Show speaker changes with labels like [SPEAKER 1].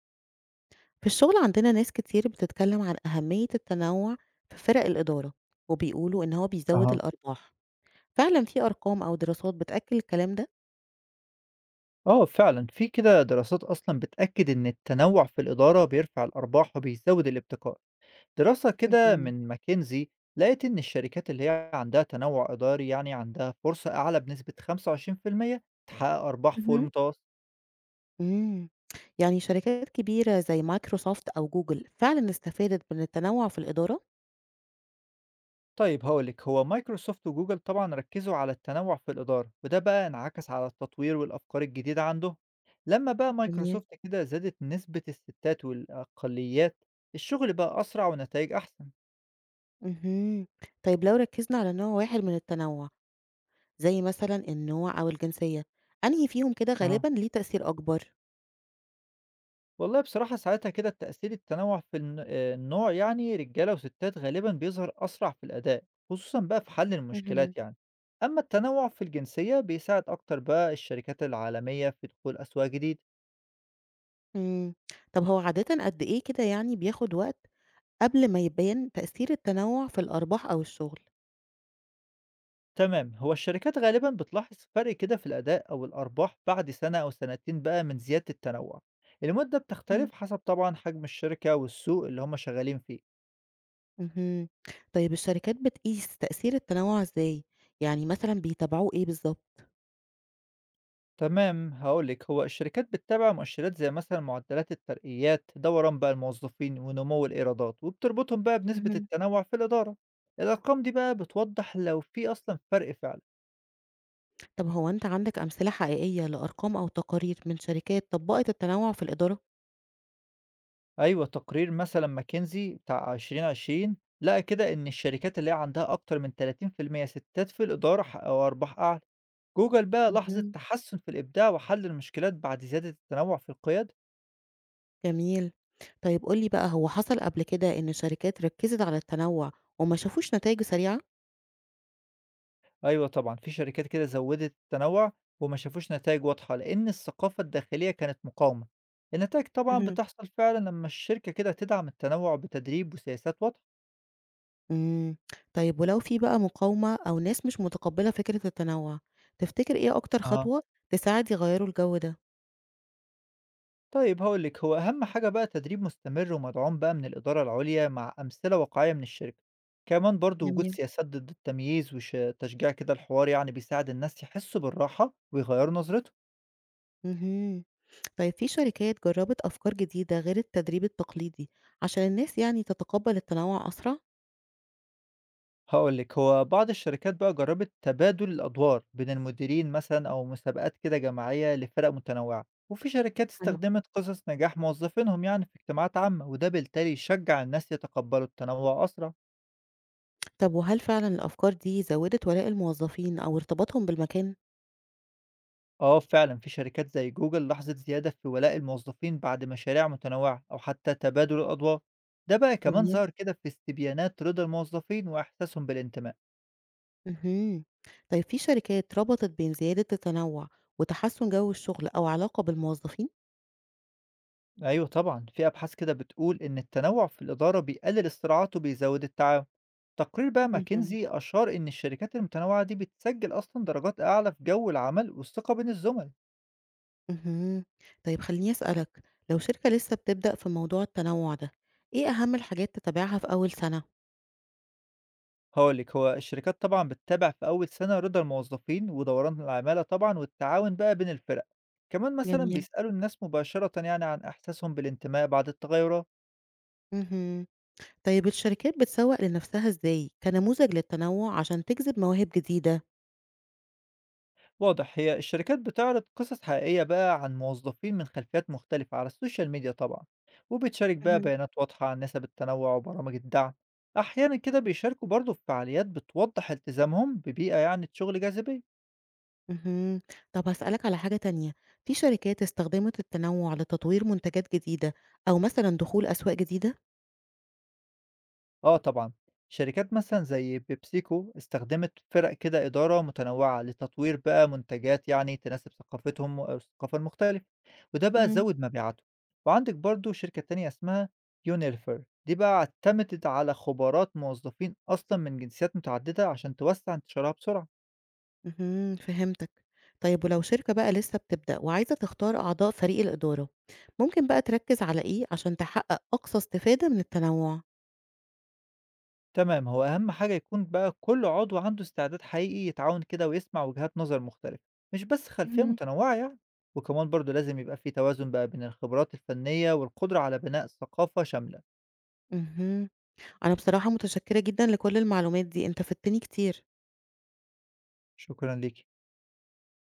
[SPEAKER 1] في الشغل عندنا ناس كتير بتتكلم عن أهمية التنوع في فرق الإدارة، وبيقولوا إن هو بيزود
[SPEAKER 2] أها.
[SPEAKER 1] الأرباح. فعلا في أرقام أو دراسات بتأكد الكلام ده؟
[SPEAKER 2] آه فعلًا، في كده دراسات أصلًا بتأكد إن التنوع في الإدارة بيرفع الأرباح وبيزود الابتكار. دراسة كده
[SPEAKER 1] مهم.
[SPEAKER 2] من ماكنزي لقت إن الشركات اللي هي عندها تنوع إداري يعني عندها فرصة أعلى بنسبة 25% تحقق أرباح فوق
[SPEAKER 1] مهم.
[SPEAKER 2] المتوسط.
[SPEAKER 1] مم. يعني شركات كبيرة زي مايكروسوفت أو جوجل فعلا استفادت من التنوع في الإدارة؟
[SPEAKER 2] طيب هاقول لك، هو مايكروسوفت وجوجل طبعًا ركزوا على التنوع في الإدارة، وده بقى انعكس على التطوير والأفكار الجديدة عندهم. لما بقى
[SPEAKER 1] جميل.
[SPEAKER 2] مايكروسوفت كده زادت نسبة الستات والأقليات، الشغل بقى أسرع ونتائج أحسن.
[SPEAKER 1] مم. طيب لو ركزنا على نوع واحد من التنوع، زي مثلا النوع أو الجنسية، أنهي فيهم كده
[SPEAKER 2] أها.
[SPEAKER 1] غالبا ليه تأثير أكبر؟
[SPEAKER 2] والله بصراحة ساعتها كده التأثير التنوع في آه، النوع يعني رجالة وستات غالبا بيظهر أسرع في الأداء، خصوصا بقى في حل
[SPEAKER 1] مهم.
[SPEAKER 2] المشكلات يعني. أما التنوع في الجنسية بيساعد أكتر بقى الشركات العالمية في دخول أسواق جديدة.
[SPEAKER 1] مم. طب هو عادة قد إيه كده يعني بياخد وقت قبل ما يبان تأثير التنوع في الأرباح أو الشغل.
[SPEAKER 2] تمام، هو الشركات غالبا بتلاحظ فرق كده في الأداء أو الأرباح بعد سنة أو سنتين بقى من زيادة التنوع، المدة بتختلف
[SPEAKER 1] إمم.
[SPEAKER 2] حسب طبعا حجم الشركة والسوق اللي هم شغالين فيه.
[SPEAKER 1] اهم. طيب الشركات بتقيس تأثير التنوع إزاي؟ يعني مثلًا بيتابعوه إيه بالضبط؟
[SPEAKER 2] تمام، هقول لك، هو الشركات بتتابع مؤشرات زي مثلا معدلات الترقيات، دوران بقى الموظفين ونمو الإيرادات، وبتربطهم بقى بنسبة
[SPEAKER 1] اهم.
[SPEAKER 2] التنوع في الإدارة. الأرقام دي بقى بتوضح لو في أصلا فرق فعلا.
[SPEAKER 1] طب هو أنت عندك أمثلة حقيقية لأرقام أو تقارير من شركات طبّقت التنوع في الإدارة؟
[SPEAKER 2] أيوة، تقرير مثلا ماكنزي بتاع 2020 لقى كده إن الشركات اللي هي عندها أكتر من 30% ستات في الإدارة حققوا أرباح أعلى. جوجل بقى لاحظت
[SPEAKER 1] اهم.
[SPEAKER 2] تحسن في الإبداع وحل المشكلات بعد زيادة التنوع في القيادة.
[SPEAKER 1] جميل. طيب قُل لي بقى، هو حصل قبل كده إن شركات ركّزت على التنوع وما شافوش نتايجه سريعة؟
[SPEAKER 2] أيوه طبعًا، في شركات كده زوّدت التنوُّع وما شافوش نتايج واضحة، لإن الثقافة الداخلية كانت مقاومة. النتايج طبعًا
[SPEAKER 1] اهم.
[SPEAKER 2] بتحصل فعلًا لمّا الشركة كده تدعم التنوُّع بتدريب وسياسات واضحة.
[SPEAKER 1] إمم، طيب ولو في بقى مقاومة أو ناس مش متقبلة فكرة التنوع، تفتكر إيه أكتر
[SPEAKER 2] أها.
[SPEAKER 1] خطوة تساعد يغيروا الجو ده؟
[SPEAKER 2] طيب هاقول لِك، هو أهم حاجة بقى تدريب مستمر ومدعوم بقى من الإدارة العُليا مع أمثلة واقعية من الشركة. كمان برضه وجود
[SPEAKER 1] جميل.
[SPEAKER 2] سياسات ضد التمييز وش تشجيع كده الحوار يعني بيساعد الناس يحسّوا بالراحة ويغيّروا نظرتهم.
[SPEAKER 1] اهم، طيب في شركات جربت أفكار جديدة غير التدريب التقليدي عشان الناس يعني تتقبل التنوع أسرع؟
[SPEAKER 2] هاقول لِك، هو بعض الشركات بقى جرّبت تبادل الأدوار بين المديرين مثلًا أو مسابقات كده جماعية لفرق متنوعة، وفي شركات
[SPEAKER 1] حلو.
[SPEAKER 2] استخدمت قصص نجاح موظفينهم يعني في اجتماعات عامة، وده بالتالي يشجّع الناس يتقبّلوا التنوُع أسرع.
[SPEAKER 1] طب وهل فعلًا الأفكار دي زودت ولاء الموظفين أو ارتباطهم بالمكان؟
[SPEAKER 2] آه فعلًا، في شركات زي جوجل لاحظت زيادة في ولاء الموظفين بعد مشاريع متنوعة أو حتى تبادل الأدوار، ده بقى كمان
[SPEAKER 1] جميل.
[SPEAKER 2] ظهر كده في استبيانات رضا الموظفين وإحساسهم بالانتماء.
[SPEAKER 1] اهم، طيب في شركات ربطت بين زيادة التنوع وتحسن جو الشغل أو علاقة بالموظفين؟
[SPEAKER 2] أيوه طبعًا، في أبحاث كده بتقول إن التنوع في الإدارة بيقلل الصراعات وبيزود التعاون. تقرير بقى
[SPEAKER 1] اهم.
[SPEAKER 2] ماكنزي أشار إن الشركات المتنوعة دي بتسجل أصلًا درجات أعلى في جو العمل والثقة بين الزملاء.
[SPEAKER 1] اهم. طيب خلّيني أسألك، لو شركة لسه بتبدأ في موضوع التنوّع ده، إيه أهم الحاجات تتابعها في أول سنة؟
[SPEAKER 2] هاقول لِك، هو الشركات طبعًا بتتابع في أول سنة رضا الموظفين ودوران العمالة طبعًا والتعاون بقى بين الفرق. كمان مثلًا
[SPEAKER 1] جميل.
[SPEAKER 2] بيسألوا الناس مباشرةً يعني عن إحساسهم بالانتماء بعد التغيرات.
[SPEAKER 1] اهم. طيب الشركات بتسوّق لنفسها إزاي كنموذج للتنوّع عشان تجذب مواهب جديدة؟
[SPEAKER 2] واضح، هي الشركات بتعرض قصص حقيقية بقى عن موظفين من خلفيات مختلفة على السوشيال ميديا طبعا، وبتشارك بقى
[SPEAKER 1] اهم.
[SPEAKER 2] بيانات واضحة عن نسب التنوع وبرامج الدعم. أحيانا كده بيشاركوا برضه في فعاليات بتوضح التزامهم ببيئة يعني شغل جاذبية.
[SPEAKER 1] اهم. طب هاسألك على حاجة تانية، في شركات استخدمت التنوّع لتطوير منتجات جديدة أو مثلًا دخول أسواق جديدة؟
[SPEAKER 2] آه طبعًا، شركات مثلًا زي بيبسيكو استخدمت فرق كده إدارة متنوعة لتطوير بقى منتجات يعني تناسب ثقافتهم والثقافة المختلفة، وده بقى
[SPEAKER 1] إمم.
[SPEAKER 2] زوّد مبيعاتهم، وعندك برضه شركة تانية اسمها يونيليفر دي بقى اعتمدت على خبرات موظفين أصلًا من جنسيات متعددة عشان توسّع انتشارها بسرعة.
[SPEAKER 1] اهم، فهمتك. طيب ولو شركة بقى لسه بتبدأ وعايزة تختار أعضاء فريق الإدارة، ممكن بقى تركز على إيه عشان تحقق أقصى استفادة من التنوع؟
[SPEAKER 2] تمام، هو أهم حاجة يكون بقى كل عضو عنده استعداد حقيقي يتعاون كده ويسمع وجهات نظر مختلفة، مش بس خلفية
[SPEAKER 1] مهم.
[SPEAKER 2] متنوعة يعني. وكمان برضو لازم يبقى في توازن بقى بين الخبرات الفنية والقدرة على بناء ثقافة شاملة.
[SPEAKER 1] اهم، أنا بصراحة متشكرة جدًا لكل المعلومات دي، أنت فدتني كتير.
[SPEAKER 2] شكرا ليك.